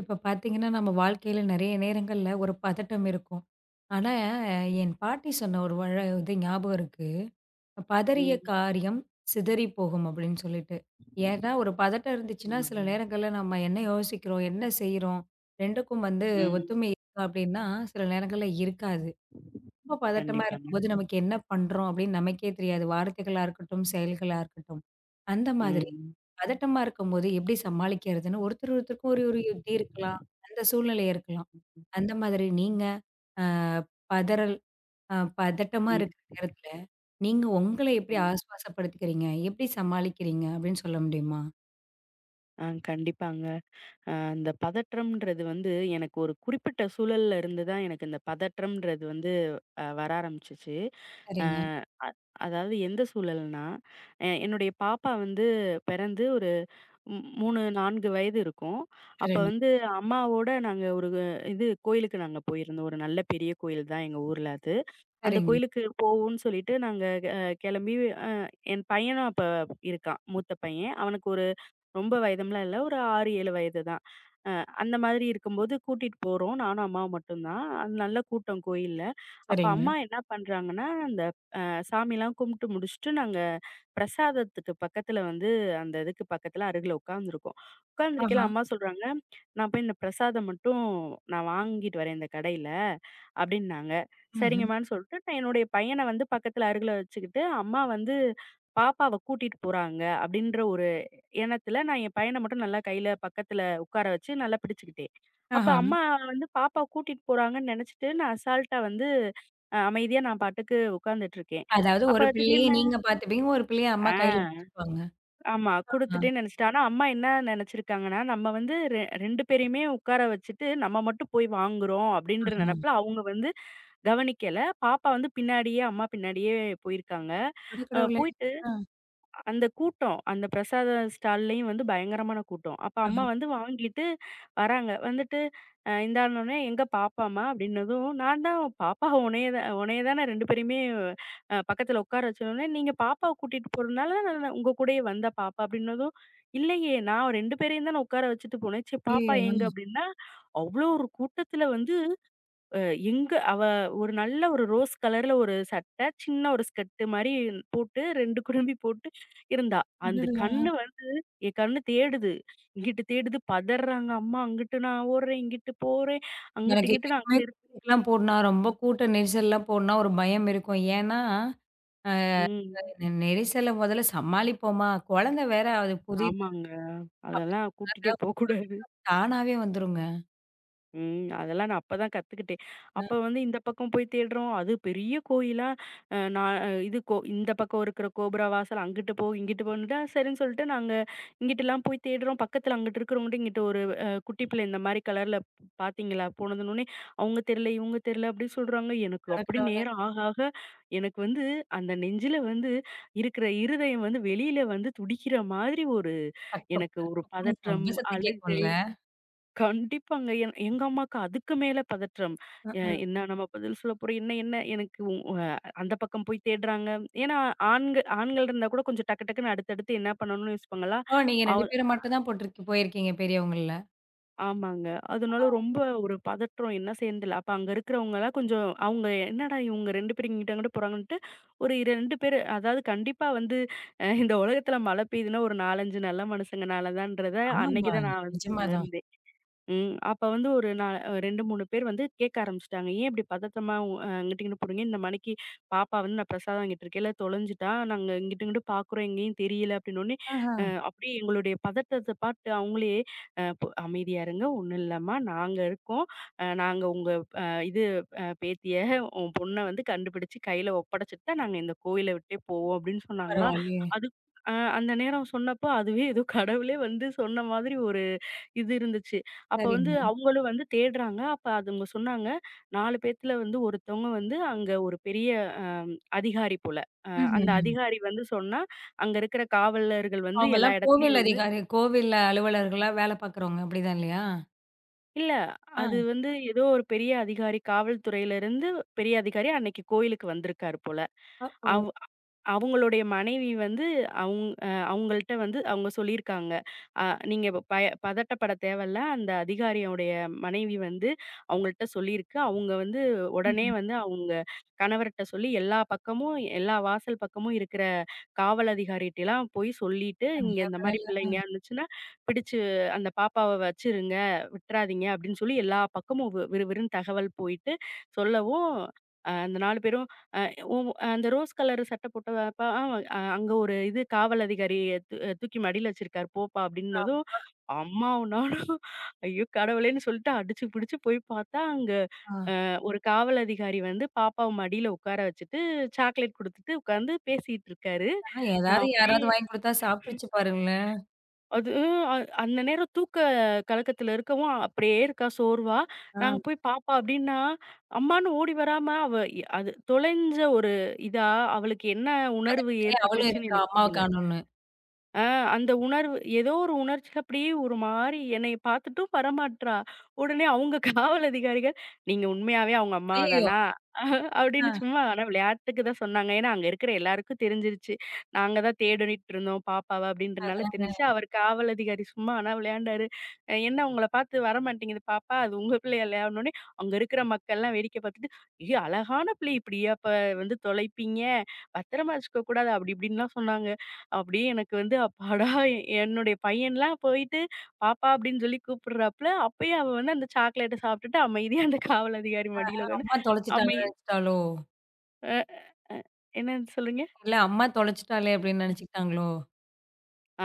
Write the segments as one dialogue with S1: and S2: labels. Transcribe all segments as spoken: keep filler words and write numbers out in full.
S1: இப்ப பார்த்தீங்கன்னா, நம்ம வாழ்க்கையில நெறைய நேரங்கள்ல ஒரு பதட்டம் இருக்கும். ஆனா,
S2: ம்.
S1: என் பாட்டி சொன்ன ஒரு வழ இது ஞாபகம் இருக்கு. "பதறிய
S2: ம்.
S1: காரியம் சிதறி போகும்" அப்படின்னு சொல்லிட்டு. ஏன்னா, ஒரு பதட்டம் இருந்துச்சுன்னா, சில
S2: ஆமாங்க.
S1: நேரங்கள்ல நம்ம என்ன யோசிக்கிறோம்? என்ன செய்றோம்? ரெண்டுக்கும் வந்து
S2: ம்.
S1: ஒத்துமை இருக்கா? அப்படின்னா, சில நேரங்கள்ல இருக்காது. ரொம்ப பதட்டமா
S2: கண்டிப்பாங்க.
S1: இருக்கும்போது, நமக்கு என்ன பண்றோம் அப்படின்னு நமக்கே தெரியாது. வார்த்தைகளா இருக்கட்டும், செயல்களா இருக்கட்டும். அந்த மாதிரி
S2: ம்.
S1: பதட்டமா இருக்கும்போது எப்படி சமாளிக்கிறதுன்னு ஒருத்தர் ஒருத்தருக்கும் ஒரு ஒரு யுக்தி இருக்கலாம். அந்த சூழ்நிலை இருக்கலாம். அந்த மாதிரி நீங்க அ பதறல் அ பதட்டமா
S2: ம்.
S1: இருக்கிற நேரத்துல, நீங்க உங்கள எப்படி
S2: ம்.
S1: ஆஸ்வாசப்படுத்திக்கிறீங்க? எப்படி சமாளிக்கிறீங்க அப்படின்னு சொல்ல முடியுமா?
S2: ஆ கண்டிப்பாங்க. அ அந்த பதற்றம்ன்றது வந்து எனக்கு ஒரு குறிப்பிட்ட சூழல்ல இருந்து தான் எனக்கு இந்த பதற்றம்ன்றது வந்து அ வர ஆரம்பிச்சுச்சு. அ
S1: சரிங்க,
S2: அதாவது எந்த சூழல்னா, எ என்னுடைய பாப்பா வந்து பிறந்து ஒரு ம் மூணு, நான்கு வயது இருக்கும். அப்ப
S1: சரிங்க,
S2: வந்து அம்மாவோட நாங்க ஒரு இது கோயிலுக்கு நாங்க போயிருந்தோம். ஒரு நல்ல பெரிய கோயில் தான் எங்க ஊர்ல அது. அந்த
S1: சரிங்க,
S2: கோயிலுக்கு போவோம்ன்னு சொல்லிட்டு நாங்க அ கெளம்பி அ என் பையனும் அப்ப இருக்கான். மூத்த பையன். அவனுக்கு ஒரு ரொம்ப வயதும்லாம் இல்ல. ஒரு ஆறு, ஏழு வயது தான். அந்த மாதிரி இருக்கும்போது கூட்டிட்டு போறோம். நானும் அம்மாவும் மட்டும் தான். அது நல்ல கூட்டம் கோயில்ல. அப்ப
S1: சரிங்க.
S2: அம்மா என்ன பண்றாங்கன்னா, அந்த சாமிலாம் கும்பிட்டு முடிச்சுட்டு, நாங்க பிரசாதத்துக்கு பக்கத்துல வந்து அந்த இதுக்கு பக்கத்துல அருகில உட்கார்ந்துருக்கோம்.
S1: ஆஹா,
S2: உட்கார்ந்திருக்கையில அம்மா சொல்றாங்க, "நான் போய் இந்த பிரசாதம் மட்டும் நான் வாங்கிட்டு வரேன் இந்த கடையில" அப்படின்னாங்க.
S1: ம்ஹ்ம்.
S2: சரிங்கம்மான்னு சொல்லிட்டு, நான் என்னுடைய பையன வந்து பக்கத்துல அருகில வச்சுக்கிட்டு, அம்மா வந்து பாப்பாவ கூட்டிட்டு போறாங்க அப்படின்ற ஒரு எண்ணத்துல நான் என் பையன மட்டும் நல்லா கையில பக்கத்துல உட்கார வச்சு நல்லா பிடிச்சுக்கிட்டேன். அப்ப
S1: ஆஹா.
S2: அம்மா வந்து பாப்பாவ கூட்டிட்டு போறாங்கன்னு நெனச்சுட்டு, நான் அசால்ட்டா வந்து அ அமைதியா நான் பாட்டுக்கு உட்கார்ந்துட்டு இருக்கேன்.
S1: அதாவது
S2: அப்ப
S1: ஒரு பிள்ளைய
S2: திடீர்னு
S1: நீங்க பார்த்துப்பீங்க. ஒரு பிள்ளைய அம்மா கையில
S2: ஆ
S1: பிடிச்சுப்பாங்க.
S2: ஆமா
S1: ஆ,
S2: குடுத்துட்டேன்னு நெனச்சுட்டேன். ஆனா அம்மா என்ன நெனச்சிருக்காங்கன்னா, நம்ம வந்து ரெ ரெண்டு பேரையுமே உட்கார வச்சுட்டு, நம்ம மட்டும் போய் வாங்குறோம் அப்டின்ற
S1: ஆஹா.
S2: நெனப்புல அவங்க வந்து கவனிக்கல. பாப்பா வந்து பின்னாடியே அம்மா பின்னாடியே போயிருக்காங்க. அ
S1: அடக்கடவுளே!
S2: போயிட்டு
S1: ஆ.
S2: அந்த கூட்டம். அந்த பிரசாத ஸ்டால்லயும் வந்து பயங்கரமான கூட்டம். அப்ப அம்மா
S1: ஆஹா.
S2: வந்து வாங்கிட்டு வராங்க. வந்துட்டு அ இந்தான்னோனே, "எங்க பாப்பாம்மா?" அப்படின்னதும், "நான் தான் பாப்பா உன்னைய தான் உன்னைய தான் நான் ரெண்டு பேரையுமே அ பக்கத்துல உட்கார வச்சோனே, நீங்க பாப்பாவ கூட்டிட்டு போறதுனால நான் நான் உங்க கூடயே வந்தா பாப்பா." அப்படின்னதும், "இல்லையே! நான் ரெண்டு பேரையும் தான உட்கார வச்சுட்டு போனேன். சரி பாப்பா
S1: ஐயயோ!
S2: எங்க?" அப்படின்னா, அவ்ளோ ஒரு கூட்டத்துல வந்து அ எங்க அவ ஒரு நல்ல ஒரு ரோஸ் கலர்ல ஒரு சட்டை, சின்ன ஒரு ஸ்கர்ட் மாரி போட்டு ரெண்டு குடுமி போட்டு இருந்தா. அந்த
S1: அடடா!
S2: கண்ணு வந்து என் கண்ணு தேடுது. இங்கிட்டு தேடுது, பதர்றாங்க அம்மா. அங்கிட்டு நான் ஓடுறேன், இங்கிட்டு போறேன். அங்கிட்டு
S1: எனக்கு
S2: இங்கிட்டு நான்
S1: என்னைக்குமே
S2: அங்கிட்டு இரு-
S1: கூட்டத்துக்குலாம் போனா, ரொம்ப கூட்ட நெரிசல்லாம் போனா ஒரு பயம் இருக்கும். ஏன்னா,
S2: ம்.
S1: நெ நெரிசல மொதல்ல சமாளிப்போமா, குழந்தை வேற அது புதிது
S2: ஆமாங்க. அதெல்லாம்
S1: அப்படின்னா
S2: கூட்டிட்டே போக்கூடாது.
S1: தானாவே வந்துருங்க.
S2: ம். அதெல்லாம் நான் அப்பதான் கத்துக்கிட்டேன். அப்ப
S1: அ
S2: வந்து இந்த பக்கம் போய் தேடுறோம். அது பெரிய கோயிலா, அ நான் அஹ் இது கோ இந்த பக்கம் இருக்கிற கோபுர வாசல் அங்கிட்டு போ, இங்கிட்டு போன்னுட்டா, சரின்னு சொல்லிட்டு நாங்க இங்கிட்டுலாம் போய் தேடுறோம். பக்கத்துல அங்கிட்டு இருக்கிறவங்கட்ட இங்கிட்டு ஒரு அ குட்டி பிள்ளை இந்த மாரி கலர்ல பாத்தீங்களா? போனதுன்னோனே, அவங்க தெரியல, இவங்க தெரியல அப்படின்னு சொல்றாங்க. எனக்கு அப்படி
S1: அடக்கடவுளே!
S2: நேரம் ஆக ஆக எனக்கு வந்து அந்த நெஞ்சில வந்து இருக்கிற இருதயம் வந்து வெளியில வந்து துடிக்கிற மாதிரி ஒரு
S1: டக் டொக்
S2: எனக்கு
S1: டக்
S2: ஒரு
S1: டொக்ன்னு
S2: பதற்றம்,
S1: சம்ப சத்தம்
S2: அழுகை
S1: கேட்கும்ல.
S2: கண்டிப்பாங்க. என் எங்க அம்மாக்கு அதுக்கு மேல பதற்றம். அ
S1: ம்ஹ்ம்.
S2: என்ன நம்ம பதில் சொல்ல போறோம்? என்ன என்ன எனக்கு உ அ அந்த பக்கம் போய் தேடுறாங்க. ஏன்னா ஆண்க ஆண்கள் இருந்தா கூட கொஞ்சம் டக்கு டக்குன்னு அடுத்தடுத்து என்ன பண்ணணும்னு யோசிப்பாங்களா?
S1: ஓ! நீங்க 2
S2: அவ்
S1: பேரும் மட்டும் தான் போட்டுருக்கு போயிருக்கீங்க பெரியவங்கள்ல.
S2: ஆமாங்க. அதனால ரொம்ப ஒரு பதற்றம் என்ன செய்யறதுல. அப்ப அங்க இருக்கிறவங்கலாம் கொஞ்சம் அவங்க என்னடா இவங்க ரெண்டு பேரும் இங்கிட்டு அங்கிட்டு போறாங்கன்ட்டு ஒரு ரெண்டு பேரு அதாவது கண்டிப்பா வந்து அ இந்த உலகத்துல மழை பெய்யுதுன்னா ஒரு நான்கு, ஐந்து நல்ல மனுசங்கனால தான்றத
S1: ஆமாமா.
S2: அன்னைக்கு தான் நான் வந்து
S1: நிஜமா தான்.
S2: உணர்ந்தேன். ம். அப்ப வந்து ஒரு நா ரெண்டு, மூணு பேர் வந்து கேட்க ஆரம்பிச்சுட்டாங்க. ஏன் இப்படி பதட்டமா உ அ அங்கிட்டு இங்கிட்டு போறீங்க? இந்த மணிக்கு பாப்பா வந்து நான் பிரசாதம் வாங்கிட்டு இருக்கையில தொலைஞ்சுட்டா. நாங்க இங்கிட்டு இங்கிட்டு பார்க்குறோம். எங்கேயும் தெரியல அப்படின்னோனே,
S1: ஆஹா.
S2: அ அப்படியே எங்களுடைய பதட்டத்த பார்த்து அவங்களே அ பொ "அமைதியா இருங்க. ஒண்ணும் இல்லம்மா. நாங்க இருக்கோம். அ நாங்க உங்க அ இது அ பேத்திய உன் பொண்ண வந்து கண்டுபிடிச்சு கையில ஒப்படைச்சுட்டு தான் நாங்க இந்த கோயில விட்டே போவோம்" அப்படின்னு சொன்னாங்களா.
S1: பரவாயில்லையே!
S2: அது அ அந்த நேரம் சொன்னப்போ அதுவே ஏதோ கடவுளே வந்து சொன்ன மாதிரி ஒரு இது இருந்துச்சு. அப்ப வந்து
S1: சரிங்க.
S2: அவங்களும் வந்து தேடுறாங்க. அப்ப அதுங்க சொன்னாங்க, நாலு பேத்துல வந்து ஒருத்தவங்க வந்து அங்க ஒரு பெரிய அ அதிகாரி போல. அ அந்த
S1: ம்ஹ்ம்.
S2: அதிகாரி வந்து சொன்னா, அங்க இருக்கிற காவலர்கள் வந்து எல்லா
S1: அவங்கலாம் கோவில்
S2: இடத்துலயும் வந்து
S1: அதிகாரி, கோவில் அலுவலர்களா வேல பார்க்குறவங்க. அப்படிதான் இல்லையா?
S2: இல்ல
S1: ஆ.
S2: அது வந்து ஏதோ ஒரு பெரிய அதிகாரி, காவல்துறையிலருந்து பெரிய அதிகாரி அன்னைக்கு கோயிலுக்கு வந்திருக்காரு போல.
S1: ஓஹோ!
S2: அவ் அவங்களுடைய மனைவி வந்து அவுங் அ அவங்கள்ட்ட வந்து அவங்க சொல்லியிருக்காங்க. அ நீங்க ப பய பதட்டப்பட தேவையில்ல. அந்த அதிகாரியோடைய மனைவி வந்து அவங்கள்ட்ட சொல்லியிருக்கு. அவங்க வந்து உடனே
S1: ம்ஹ்ம்.
S2: வந்து அவங்க கணவர்ட்ட சொல்லி எல்லா பக்கமும் எல்லா வாசல் பக்கமும் இருக்கிற காவல் அதிகாரிட்டலாம் போய் சொல்லிட்டு, "இங்க
S1: நல்ல
S2: இந்த மாரி
S1: வேல.
S2: பிள்ளைங்க வந்துச்சுன்னா, பிடிச்சு அந்த பாப்பாவ வச்சுருங்க, விட்றாதீங்க." அப்படின்னு சொல்லி எல்லா பக்கமும் வி விறுவிறுன்னு தகவல் போயிட்டு சொல்லவும், அ அந்த நாலு பேரும் அ உ அந்த ரோஸ் கலர் சட்டை போட்ட பா அ அங்க ஒரு இது காவல் அதிகாரி தூ தூக்கி மடியில வச்சிருக்காரு போப்பா
S1: ஆமா.
S2: அப்படின்னதும், அம்மாவும் நானும் ஐயோ கடவுளேன்னு சொல்லிட்டு அடிச்சு புடிச்சு போய் பார்த்தா, அங்க
S1: ஆ.
S2: ஒரு காவல் அதிகாரி வந்து பாப்பாவ மடியில உட்கார வச்சுட்டு, சாக்லேட் குடுத்துட்டு உட்கார்ந்து பேசிட்டு இருக்காரு.
S1: ஆனா
S2: நான்
S1: ஏதாவது
S2: அப்படியே
S1: யாராவது வாங்கி குடுத்தா சாப்பிட்டுருச்சு பாருங்களேன்.
S2: அது அஹ், அ அந்த நேரம் தூக்க கலக்கத்துல இருக்கவும், அப்படியே இருக்கா சோர்வா.
S1: ஆ.
S2: நாங்க போய் பாப்பா அப்படின்னா, அம்மான்னு ஓடி வராம அவ இ- அது தொலைஞ்ச ஒரு இதா, அவளுக்கு என்ன உணர்வு
S1: பதட்டத்திலேயே அவளும்
S2: ஏற்பட்டுச்சுன்னு
S1: இருக்கா,
S2: எனக்கு
S1: அம்மாவ
S2: தெரியல.
S1: காணோம்ன்னு.
S2: ஆ அந்த உணர்வு ஏதோ ஒரு உணர்ச்சியில அப்படியே ஒரு மாரி என்னைய பார்த்துட்டும் வரமாட்றா. உடனே அவங்க காவல் அதிகாரிகள், "நீங்க உண்மையாவே அவங்க அம்மா
S1: ஐயய்யோ!
S2: தானா?" அப்படின்னு
S1: ஆ.
S2: சும்மா ஆனா விளையாட்டுக்கு தான் சொன்னாங்க. ஏன்னா அங்க இருக்கிற எல்லாருக்கும் தெரிஞ்சிருச்சு. நாங்க தான் தேடிட்டு இருந்தோம் பாப்பாவ அப்படின்றனால
S1: அதாங்க.
S2: தெரிஞ்சுச்சு. அவர் காவல் அதிகாரி சும்மா ஆனா விளையாண்டாரு. "அ என்ன உங்கள பார்த்து வரமாட்டேங்குது பாப்பா, அது உங்க பிள்ளை இல்லையா?" உடனே அங்க இருக்கிற மக்கள்லாம் வேடிக்கை பார்த்துட்டு, "ஏய் அழகான பிள்ளை இப்படியா அப்ப வந்து தொலைப்பீங்க? பத்திரமா வச்சுக்க கூடாது" அப்படி இப்படின்லாம் சொன்னாங்க. அப்படியே எனக்கு வந்து அப்பாடா! எ- என்னுடைய பையன்லாம் போயிட்டு, "பாப்பா" அப்படின்னு சொல்லி கூப்பிடுறாப்புல. அப்பயும் அவ வந்து அந்த சாக்லேட்ட சாப்பிட்டுட்டு அமைதியா அந்த காவல் அதிகாரி மடியில உட்காந்து,
S1: அம்மா
S2: அமை
S1: தொலைச்சுட்டாங்கன்னு நெனச்சுட்டாளோ?
S2: அ அ என்னன்னு சொல்றீங்க?
S1: இல்ல அம்மா தொலைச்சுட்டாளே அப்படின்னு நெனச்சுக்கிட்டாங்களோ?
S2: ஆ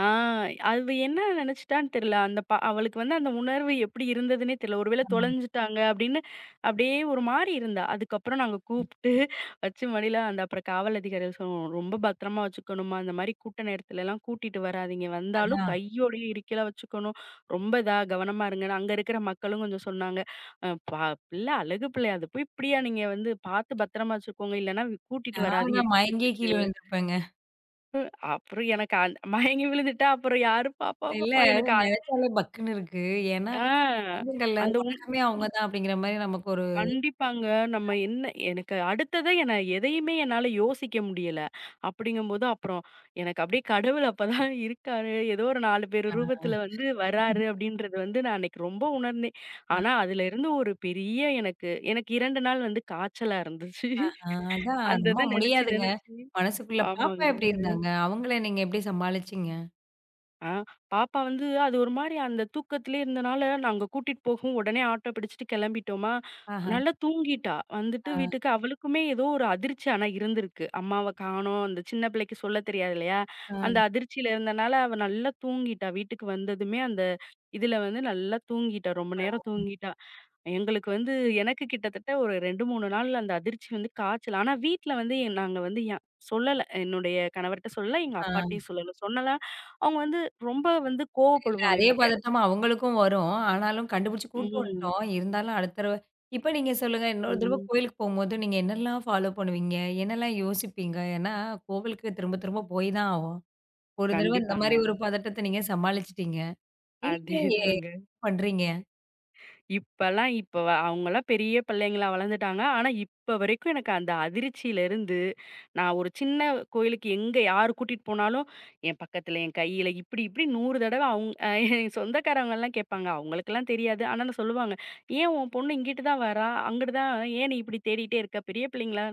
S2: அது என்ன நெனச்சுட்டான்னு தெரியல. அந்த ப அவளுக்கு வந்து அந்த உணர்வு எப்படி இருந்ததுன்னே தெரியல. ஒருவேள
S1: ஆமா.
S2: தொலைஞ்சுட்டாங்க அப்படின்னு அப்படியே ஒரு மாரி இருந்தா. அதுக்கப்புறம் நாங்க கூப்ட்டு வச்சு மடியில அந்த அப்புறம் காவல் அதிகாரிகள் சொன்னோம். "ரொம்ப பத்திரமா வச்சுக்கணும்மா. இந்த மாரி கூட்ட நேரத்துலலாம் கூட்டிட்டு வராதீங்க. வந்தாலும்
S1: அதான்.
S2: கையோடயே இறுக்கிலாம் வச்சுக்கணும். ரொம்ப இதா கவனமா இருங்கன்னு" அங்க இருக்கிற மக்களும் கொஞ்சம் சொன்னாங்க. "அ ப பிள்ள அழகு பிள்ளை. அது போய் இப்படியா நீங்க வந்து பார்த்து பத்திரமா வச்சுக்கோங்க. இல்லன்னா கூட்டிட்டு
S1: நானா
S2: வராதீங்க
S1: மயங்கியே கீழ
S2: கூட்டத்துக்கு."
S1: விழுந்திருப்பேங்க.
S2: ம். அப்புறம் எனக்கு அந் மயங்கி விழுந்துட்டா அப்புறம் யாரு பாப்பா,
S1: இல்ல
S2: பாப்பா எனக்கு அ
S1: நெனச்சாலே பக்குன்னு இருக்கு. ஏன்னா
S2: ஆ
S1: குழந்தைங்கள்ல
S2: அந்த உண்
S1: உலகமே அவங்க தான் அப்படிங்கிற மாரி நமக்கு ஒரு
S2: கண்டிப்பாங்க. நம்ம என்ன எனக்கு அடுத்ததா என்ன எதையுமே என்னால யோசிக்க முடியல. அப்படிங்கும்போது அப்புறம் எனக்கு அப்படியே கடவுள் அப்பதான் இருக்காரு. ஏதோ ஒரு நாலு பேர்
S1: ஆ.
S2: ரூபத்துல வந்து வராரு அப்படின்றது வந்து நான் அன்னைக்கு ரொம்ப உணர்ந்தேன். ஆனா அதுலருந்து ஒரு பெரிய எனக்கு எனக்கு இரண்டு நாள் வந்து காய்ச்சலா இருந்துச்சு.
S1: ஆஹா. அதான்
S2: அந்த
S1: ரொம்ப
S2: இத நெனச்சு
S1: முடியாதுங்க.
S2: நெனச்சு
S1: மனசுக்குள்ள பாப்பா
S2: ஆமாங்க.
S1: எப்படி இருந்தாங்க? அவங்கள நீங்க எப்படி சமாளிச்சீங்க?
S2: ஆ, பாப்பா வந்து அது ஒரு மாரி அந்த தூக்கத்திலே இருந்தனால, நாங்க கூட்டிட்டு போகவும் உடனே ஆட்டோ பிடிச்சுட்டு கிளம்பிட்டோமா,
S1: ஆஹா.
S2: நல்லா தூங்கிட்டா. வந்துட்டு
S1: ஆ.
S2: வீட்டுக்கு அவளுக்குமே ஏதோ ஒரு அதிர்ச்சி ஆனா இருந்திருக்கு. அம்மாவ காணோம், அந்த சின்ன பிள்ளைக்கு சொல்ல தெரியாது இல்லையா?
S1: ஆ,
S2: அந்த அதிர்ச்சியில இருந்தனால அவ நல்லா தூங்கிட்டா. வீட்டுக்கு வந்ததுமே அந்த இதுல வந்து நல்லா தூங்கிட்டா. ரொம்ப நேரம் தூங்கிட்டா. எங்களுக்கு வந்து எனக்கு கிட்டத்தட்ட ஒரு ரெண்டு, மூணு நாள் அந்த அதிர்ச்சி வந்து காய்ச்சல். ஆனா வீட்ல வந்து எ நாங்க வந்து எ சொல்லல. என்னுடைய கணவர்ட்ட சொல்லல. எங்க
S1: ஆ.
S2: அப்பாட்டயும் சொல்லல. சொன்னனா, அவங்க வந்து ரொம்ப வந்து
S1: இல்ல
S2: கோவப்படுவாங்க.
S1: அதே
S2: இப்ப கெடச்சு
S1: பதட்டம் அவங்களுக்கும் வரும். ஆனாலும் கண்டுபிடிச்சு கூட்டு
S2: ம்.
S1: வந்துட்டோம். இருந்தாலும் அடுத்த தடவ இப்ப நீங்க சொல்லுங்க, இன்னொரு ம். தடவ
S2: ம்.
S1: கோயிலுக்கு போம்போது நீங்க என்னலாம் ஃபாலோ பண்ணுவீங்க? என்னலாம் யோசிப்பீங்க? ஏன்னா கோவிலுக்கு திரும்ப திரும்ப போய் தான் ஆவோம். ஒரு தடவ இந்த மாரி
S2: கண்டிப்பாங்க.
S1: ஒரு பதட்டத்த நீங்க சமாளிச்சுட்டீங்க. இனிமே ஏ
S2: அதேதாங்க.
S1: பண்றீங்க?
S2: இப்பலாம் இப்ப வ அவங்கலாம் பெரிய பிள்ளைங்களா வளர்ந்துட்டாங்க. ஆனா, இப்ப வரைக்கும் எனக்கு அந்த அதிர்ச்சியிலருந்து, நான் ஒரு சின்ன கோயிலுக்கு எங்க யார் கூட்டிட்டு போனாலும், என் பக்கத்துல, என் கையில இப்டி, இப்டி நூறு தடவ அவுங் அ என் சொந்தக்காரவங்கலாம் கேட்பாங்க. அவங்களுக்கெல்லாம் தெரியாது. ஆனா, நான் சொல்லுவாங்க. "ஏன் உன் பொண்ணு இங்கிட்டு தான் வரா? அங்கிட்டு தான் ஏன் நீ இப்டி தேடிட்டே இருக்க? பெரிய பிள்ளைங்களா"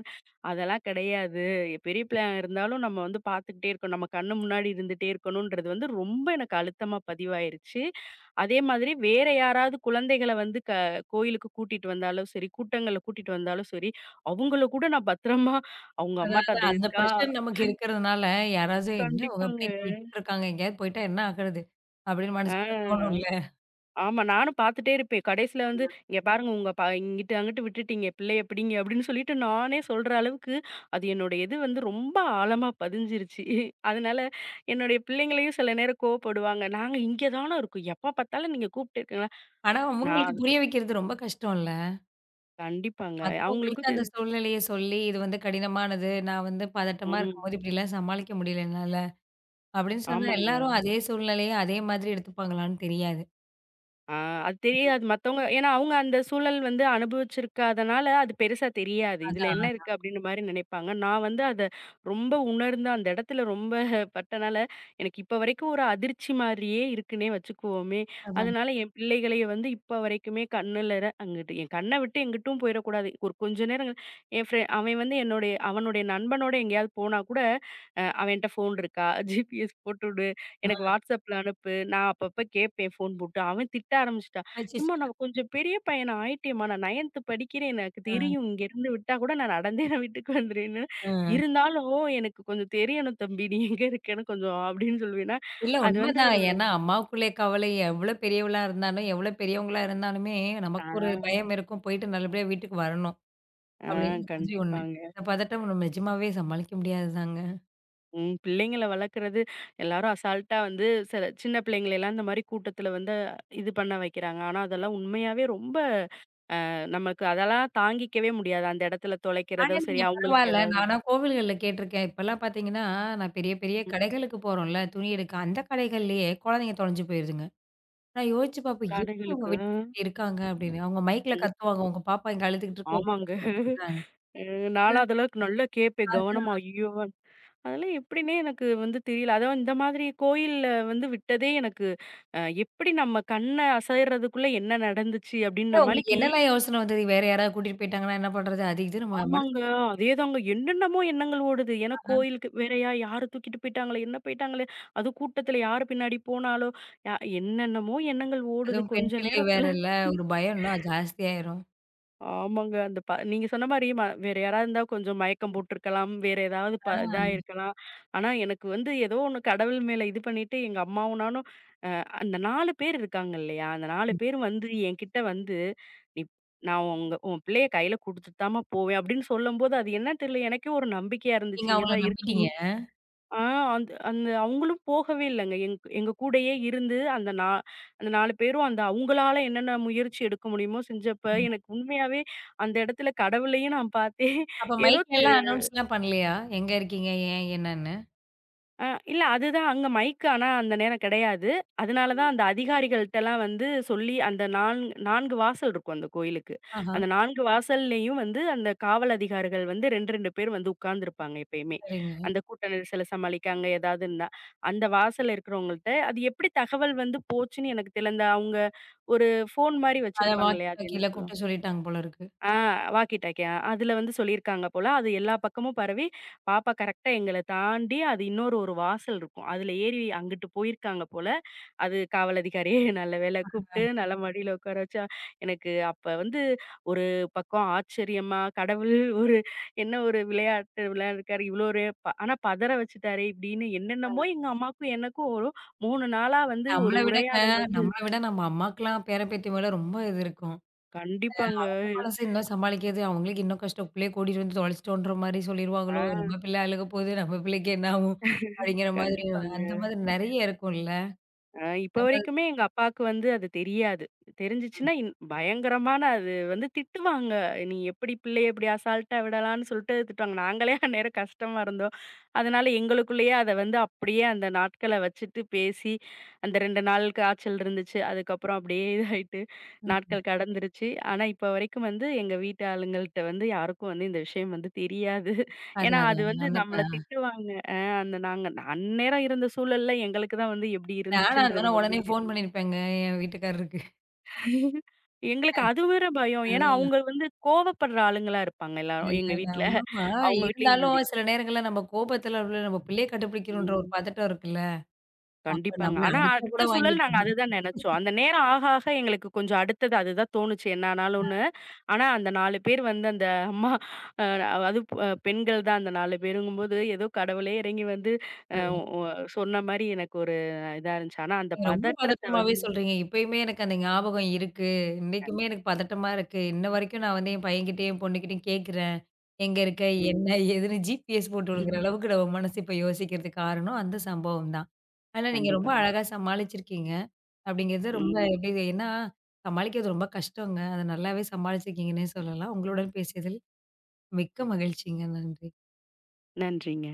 S2: அதெல்லாம் கிடையாது. பெரிய பிள்ளையா இருந்தாலும் நம்ம வந்து பார்த்துக்கிட்டே இருக்கணும். நம்ம கண்ணு முன்னாடி இருந்துட்டே இருக்கணுன்றது வந்து ரொம்ப எனக்கு அழுத்தமா பதிவாயிருச்சு. அதே மாதிரி வேற யாராவது குழந்தைகள வந்து க கோயிலுக்கு கூட்டிட்டு வந்தாலும் சரி, கூட்டங்கள்ல கூட்டிட்டு வந்தாலும் சரி, அவங்கள கூட நான் பத்திரமா அவங்க
S1: அதான்
S2: அம்மாட்ட
S1: அதான்
S2: அது
S1: அந்த
S2: இருக்கா?
S1: பிரஷர் நமக்கு இருக்கிறதுனால யாராவது என்ன அவங்க இப்படி
S2: கண்டிப்பாங்க.
S1: விட்டுட்டு இருக்காங்க, எங்கேயாவது போயிட்டா என்ன ஆகுறது? அப்படின்னு மனசுக்குள்ள
S2: ஆ.
S1: தோணும்ல.
S2: ஆமா. நானும் பார்த்துட்டே இருப்பேன். கடைசில வந்து, "இங்க பாருங்க உங்க ப இங்கிட்டு அங்கிட்டு விட்டுட்டீங்க, பிள்ளைய பிடிங்க" அப்படின்னு சொல்லிட்டு நானே சொல்ற அளவுக்கு, அது என்னோட இது வந்து ரொம்ப ஆழமா பதிஞ்சிருச்சு. அதனால என்னுடைய பிள்ளைங்களையும் சில நேரம் கோவப்படுவாங்க. "நாங்க இங்க தான இருக்கோம். எப்ப பார்த்தாலும் நீங்க கூப்பிட்டு இருக்கீங்களா?"
S1: ஆனா அவங்களுக்கு
S2: நான்
S1: புரிய வைக்கிறது ரொம்ப கஷ்டம்ல.
S2: கண்டிப்பாங்க.
S1: மத்தவங்களுக்கு
S2: அவங்களுக்கும்
S1: அந்த
S2: தெரி
S1: சூழ்நிலைய சொல்லி, "இது வந்து கடினமானது. நான் வந்து பதட்டமா ம். இருக்கும்போது
S2: ம்.
S1: இப்படிலாம் சமாளிக்க முடியல என்னால." அப்படின்னு சொன்னா
S2: ஆமாங்க.
S1: எல்லாரும் அதே சூழ்நிலைய அதே மாதிரி எடுத்துப்பாங்களான்னு தெரியாது.
S2: ஆ அது தெரியாது மத்தவங்க ஏன்னா அவங்க அந்த சூழல் வந்து அனுபவிச்சிருக்காதனால, அது பெருசா தெரியாது. இதுல
S1: அதான்,
S2: என்ன இருக்கு அப்டின்ற மாரி நினைப்பாங்க. நான் வந்து அத ரொம்ப உணர்ந்து அந்த இடத்துல ரொம்ப பட்டனால, எனக்கு இப்ப வரைக்கும் ஒரு அதிர்ச்சி மாரியே இருக்குன்னே வச்சுக்குவோமே.
S1: அதான்.
S2: அதனால என் பிள்ளைகளைய வந்து இப்ப வரைக்குமே கண்ணுலற அங்கிட்டு என் கண்ண விட்டு எங்கிட்டும் போயிறக்கூடாது. ஒரு கொஞ்ச நேரம் என் ஃப்ரெ அவன் வந்து என்னுடைய அவனுடைய நண்பனோட எங்கேயாவது போனா கூட, அ அவன்ட்ட ஃபோன் இருக்கா? ஜிபிஎஸ் போட்டுவிடு. எனக்கு
S1: ஆ.
S2: WhatsAppல அனுப்பு. நான் அப்பப்ப கேட்பேன் ஃபோன் போட்டு. அவன் திட்ட ஆரம்பிச்சுட்டான். "எம்மா
S1: அச்சச்சோ!
S2: நான் கொஞ்சம் பெரிய பையன் ஆயிட்டேம்மா. நான் 9த் படிக்கிறேன். எனக்கு
S1: ஆ,
S2: தெரியும். இங்கேருந்து விட்டா கூட நான் நடந்தே நான் வீட்டுக்கு வந்துருவேன்னு.
S1: ஆ.
S2: இருந்தாலும் எனக்கு கொஞ்சம் தெரியணும் தம்பி. நீ எங்க இருக்கேன்னு கொஞ்சம்" அப்படின்னு சொல்லுவேன்னா,
S1: இல்ல
S2: அது வந்து
S1: உண்மதான். ஏன்னா அம்மாவுக்குள்ளே கவலை எவ்வளோ பெரியவளா இருந்தாலும், எவ்வளோ பெரியவங்களா இருந்தாலுமே
S2: ஆ,
S1: நமக்கு ஒரு பயம் இருக்கும். போயிட்டு நல்லபடியா வீட்டுக்கு வரணும்.
S2: ஆ
S1: அப்படிங்கிற மாதிரி ஒண்ணு.
S2: கண்டிப்பாங்க.
S1: இந்த பதட்டம் நம்ம நிஜமாவே சமாளிக்க முடியாதுதாங்க.
S2: ம். பிள்ளைங்கள வளர்க்குறது எல்லாரும் அசால்ட்டா வந்து சில சின்ன பிள்ளைங்களலாம் இந்த மாரி கூட்டத்தில வந்து இது பண்ண வைக்கிறாங்க. ஆனா அதெல்லாம் உண்மையாவே ரொம்ப அ நமக்கு அதெல்லாம் தாங்கிக்கவே முடியாது. அந்த இடத்துல
S1: ஆனா,
S2: தொலைக்கிறதும் சரி,
S1: நீங்க
S2: அவங்களுக்கு
S1: பரவால்ல. நானா
S2: ஏதாவது
S1: கோவில்கள்ல கேட்டுருக்கேன். இப்பலாம் பார்த்தீங்கன்னா, நான் பெரிய பெரிய
S2: ம்.
S1: கடைகளுக்கு போறோம்ல, துணி எடுக்க. அந்த கடைகள்லயே குழந்தைங்க தொலைஞ்சு போயிருதுங்க. நான் யோசிச்சு பார்ப்பேன், "எப்படி அவங்க
S2: கடைகளுக்கு. அ.
S1: விட்டுட்டு இப்படி இருக்காங்க?" அப்படின்னு. அவங்க மைக்ல
S2: ம்.
S1: கத்துவாங்க,
S2: ம்.
S1: "உங்க பாப்பா இங்க அழுதுகிட்டு இருக்கு. உங்க
S2: ஆமாங்க.
S1: பையன் இங்க நிக்கிறான்னு."
S2: அ நான்லாம் அதெல்லாம் நல்லா கேட்பேன் கவனமா.
S1: அதனால
S2: ஐயோ! அதெல்லாம் எப்படின்னே எனக்கு வந்து தெரியல. அதான் இந்த மாதிரி கோயில்ல வந்து விட்டதே எனக்கு அ எப்படி நம்ம கண்ண அசைறதுக்குள்ள என்ன நடந்துச்சு அப்படின்ன
S1: உங்களுக்கு
S2: மாணிக்கு
S1: என்னலாம் யோசனை வந்தது? வேற யாராவது கூட்டிட்டு போயிட்டாங்கன்னா என்ன பண்றது? அது இதுன்னு ம
S2: ஆமாங்க.
S1: மனசுக்குள்ள
S2: அதேதாங்க. என்னென்னமோ எண்ணங்கள் ஓடுது. ஏன்னா
S1: ஆ
S2: கோயிலுக்கு வேறயா யாரு தூக்கிட்டு போயிட்டாங்களே, என்ன போயிட்டாங்களே, அதுவும் கூட்டத்தில யாரு பின்னாடி போனாலோ, யா என்னென்னமோ எண்ணங்கள் ஓடுது
S1: அதுவும் பெண்
S2: கொஞ்ச
S1: பிள்ளை
S2: நேரத்தில.
S1: வேறல்ல. ஒரு பயம்ன்னா ஜாஸ்தியாயிரும்.
S2: ஆமாங்க. அந்த ப நீங்க சொன்ன மாரி ம வேற யாராவது இருந்தா கொஞ்சம் மயக்கம் போட்டுருக்கலாம். வேற ஏதாவது ப
S1: ஆ.
S2: இதாயிருக்கலாம். ஆனா எனக்கு வந்து ஏதோ ஒண்ணு கடவுள் மேல இது பண்ணிட்டு எங்க அம்மாவும் நானும் அந்த நாலு பேர் இருக்காங்க இல்லையா? அந்த நாலு
S1: ம்.
S2: பேர் வந்து என்கிட்ட வந்து, "நீ நான் உங்க உன் பிள்ளைய கையில குடுத்துட்டு தாம்மா போவேன்" அப்படின்னு சொல்லும்போது, அது என்னன்னு தெரியல. எனக்கே ஒரு நம்பிக்கையா
S1: நீங்க
S2: இருந்துச்சு. இங்க
S1: அவங்கள
S2: தான் இருக்கு.
S1: நம்பிட்டீங்க.
S2: ஆ அந்த அந்த அவங்களும் போகவே இல்லங்க. எங் எங்க கூடயே இருந்து அந்த நா அந்த நாலு பேரும் அந்த அவங்களால என்னென்ன முயற்சி எடுக்க முடியுமோ செஞ்சப்ப, எனக்கு உண்மையாவே அந்த இடத்துல கடவுளையும் நான் பார்த்தேன்.
S1: அப்ப
S2: ஏதோ
S1: மைக்லலாம் அனௌன்ஸ்லாம் பண்ணலையா? எங்க இருக்கீங்க? ஏன்? என்னன்னு?
S2: ஆ, இல்ல அதுதான் அங்க மைக் ஆனா அந்த நேரம் கிடையாது. அதனால தான் அந்த அதிகாரிகள்ட்டலாம் வந்து சொல்லி அந்த நான்கு 4 வாசல் இருக்கும் அந்த கோயிலுக்கு.
S1: ஆஹா.
S2: அந்த நான்கு வாசல்லயும் வந்து அந்த காவல் அதிகாரிகள் வந்து ரெண்டு, ரெண்டு பேர் வந்து உட்கார்ந்திருப்பாங்க எப்பயுமே.
S1: சரிங்க.
S2: அந்த கூட்ட நெரிசல சமாளிக்க அங்க ஏதாவதுன்னா. அந்த வாசல்ல இருக்கிறவங்கள்ட்ட அது எப்படி தகவல் வந்து போச்சுன்னு எனக்கு தெரியல. அந்த அவங்க ஒரு ஃபோன் மாரி
S1: அத
S2: வச்சிருப்பாங்க
S1: வாக்கி
S2: இல்லையா? அது என்ன
S1: டாக்கில
S2: சொல்லுவாங்க?
S1: கூப்பிட்டு சொல்லிட்டாங்க போல இருக்கு.
S2: ஆ வாக்கி டாக்கியா. அதுல வந்து சொல்லியிருக்காங்க போல. அது எல்லா பக்கமும் பரவி, பாப்பா கரெக்ட்டா எங்கள தாண்டி அது இன்னொரு ஒரு வாசல் இருக்கும். அதுல ஏறி அங்கிட்டு போயிருக்காங்க போல. அது காவல் அதிகாரி நல்ல வேளை கூப்ட்டு, நல்ல மடியில உட்கார வச்சா எனக்கு அப்ப வந்து ஒரு பக்கம் ஆச்சரியமா, கடவுள் ஒரு என்ன ஒரு விளையாட்டு விளையாடிருக்காரு. இவ்ளோ ஒரு ப ஆனா பதற வச்சுட்டாரே இப்டின்னு என்னென்னமோ எங்க அம்மாக்கும் எனக்கும் ஒரு மூணு நாளா வந்து
S1: நம்மள
S2: ஒரு
S1: விடங்க
S2: உரையாடல்
S1: ம்.
S2: வந்து
S1: நம்மள விட நம்ம அம்மாக்கெல்லாம் பேரன், பேத்தி மேல ரொம்ப இது இருக்கும்.
S2: கண்டிப்பாங்க.
S1: நம்ம மனசு இன்னும் சமாளிக்கிறது அவங்களுக்கு இன்னும் கஷ்டம். பிள்ளைய கூட்டிட்டு வந்து தொலைச்சிட்டோன்ற மாரி சொல்லிருவாங்களோ!
S2: ஆ
S1: நம்ம பிள்ளை அழுக போது, நம்ம பிள்ளைக்கு என்ன ஆகும்? அப்படிங்கிற மாதிரி
S2: கண்டிப்பாங்க.
S1: அந்த மாதிரி நெறைய இருக்கும்ல.
S2: அ இப்ப
S1: அந்த மாதிரி
S2: வரைக்குமே எங்க அப்பாவுக்கு வந்து அது தெரியாது. தெரிஞ்சுச்சுன்னா இன் பயங்கரமான அது வந்து திட்டுவாங்க. "நீ எப்படி பிள்ளைய இப்படி அசால்ட்டா விடலான்னு" சொல்லிட்டு திட்டுவாங்க. நாங்களே அந்நேரம் கஷ்டமா இருந்தோம். அதனால எங்களுக்குள்ளேயே அத வந்து அப்படியே அந்த நாட்கள வச்சுட்டு பேசி, அந்த ரெண்டு நாள் காய்ச்சல் இருந்துச்சு. அதுக்கப்புறம் அப்படியே இதாயிட்டு
S1: ம்.
S2: நாட்கள் கடந்துருச்சு. ஆனா இப்ப வரைக்கும் வந்து எங்க வீட்டு ஆளுங்கள்ட்ட வந்து யாருக்கும் வந்து இந்த விஷயம் வந்து தெரியாது.
S1: அதான்,
S2: ஏன்னா அது
S1: அதான்.
S2: வந்து
S1: அந்த ப
S2: நம்மள திட்டுவாங்க. அந்த நாங்க அந்நேரம் இருந்த சூழல்ல எங்களுக்கு தான் வந்து எப்டி
S1: நானா
S2: இருந்துச்சுன்றது
S1: இருந்தேன்னா
S2: வந்து
S1: உடனே ஃபோன்
S2: தெரியும்.
S1: பண்ணியிருப்பேங்க என் வீட்டுக்காரருக்கு.
S2: எங்களுக்கு அது வேற பயம். ஏன்னா,
S1: அதான்
S2: அவங்க வந்து கோவப்படுற ஆளுங்களா இருப்பாங்க எல்லாரும் எங்க
S1: இல்லல்ல
S2: வீட்ல.
S1: ஆமாமா.
S2: அவங்க வீட்லயும்
S1: இருந்தாலும்
S2: சரி.
S1: சில நேரங்கள்ல நம்ம கோபத்துல உள்ள நம்ம பிள்ளைய கண்டுபிடிக்கணுன்ற ஒரு
S2: ம்.
S1: பதட்டம் இருக்குல்ல. அப்ப
S2: கண்டிப்பாங்க.
S1: நம்மள
S2: ஆனா,
S1: அடிச்சா
S2: அடுத்த
S1: கூட
S2: சூழல் நாங்க
S1: வாங்கிப்பேன்.
S2: அதுதான் நெனச்சோம். அந்த நேரம் ஆக ஆக எங்களுக்கு கொஞ்சம் அடுத்தது அதுதான் தோணுச்சு என்ன ஆனாலும்னு. ஆனா, அந்த நாலு பேர் வந்து அந்த அம்மா அ அதுவும் அ பெண்கள் தான் அந்த நாலு பேருங்கும்போது ஏதோ கடவுளே இறங்கி வந்து அ ஒ சொன்ன மாரி எனக்கு ஒரு இதா இருந்துச்சு. ஆனா, அந்த
S1: நீங்க ரொம்ப
S2: பதற்றத்த
S1: பதட்டமாவே
S2: வந்து
S1: சொல்றீங்க. இப்பயுமே எனக்கு அந்த ஞாபகம் இருக்கு. இன்னைக்குமே
S2: கண்டிப்பா.
S1: எனக்கு பதட்டமா இருக்கு. இன்ன வரைக்கும் நான் வந்து என் பையன்கிட்டயும், என் பொண்ணுகிட்டயும் கேட்கிறேன். எங்க இருக்க?
S2: ம்.
S1: என்ன? ஏதுன்னு ஜி பி எஸ் போட்டு விடுங்கிற
S2: ம்.
S1: அளவுக்கு நம்ம மனசு இப்ப யோசிக்கிறதுக்கு காரணம் அந்த சம்பவம் தான். ஆனா நீங்க ரொம்ப
S2: கண்டிப்பாங்க.
S1: அழகா சமாளிச்சிருக்கீங்க. அப்படிங்கிறது ரொம்ப
S2: ம்.
S1: எப்படி ஏன்னா, சமாளிக்கிறது ரொம்ப கஷ்டங்க. அத நல்லாவே சமாளிச்சிருக்கீங்கன்னே சொல்லலாம். உங்களுடன் பேசியதில் மிக்க மகிழ்ச்சிங்க. நன்றி.
S2: நன்றிங்க.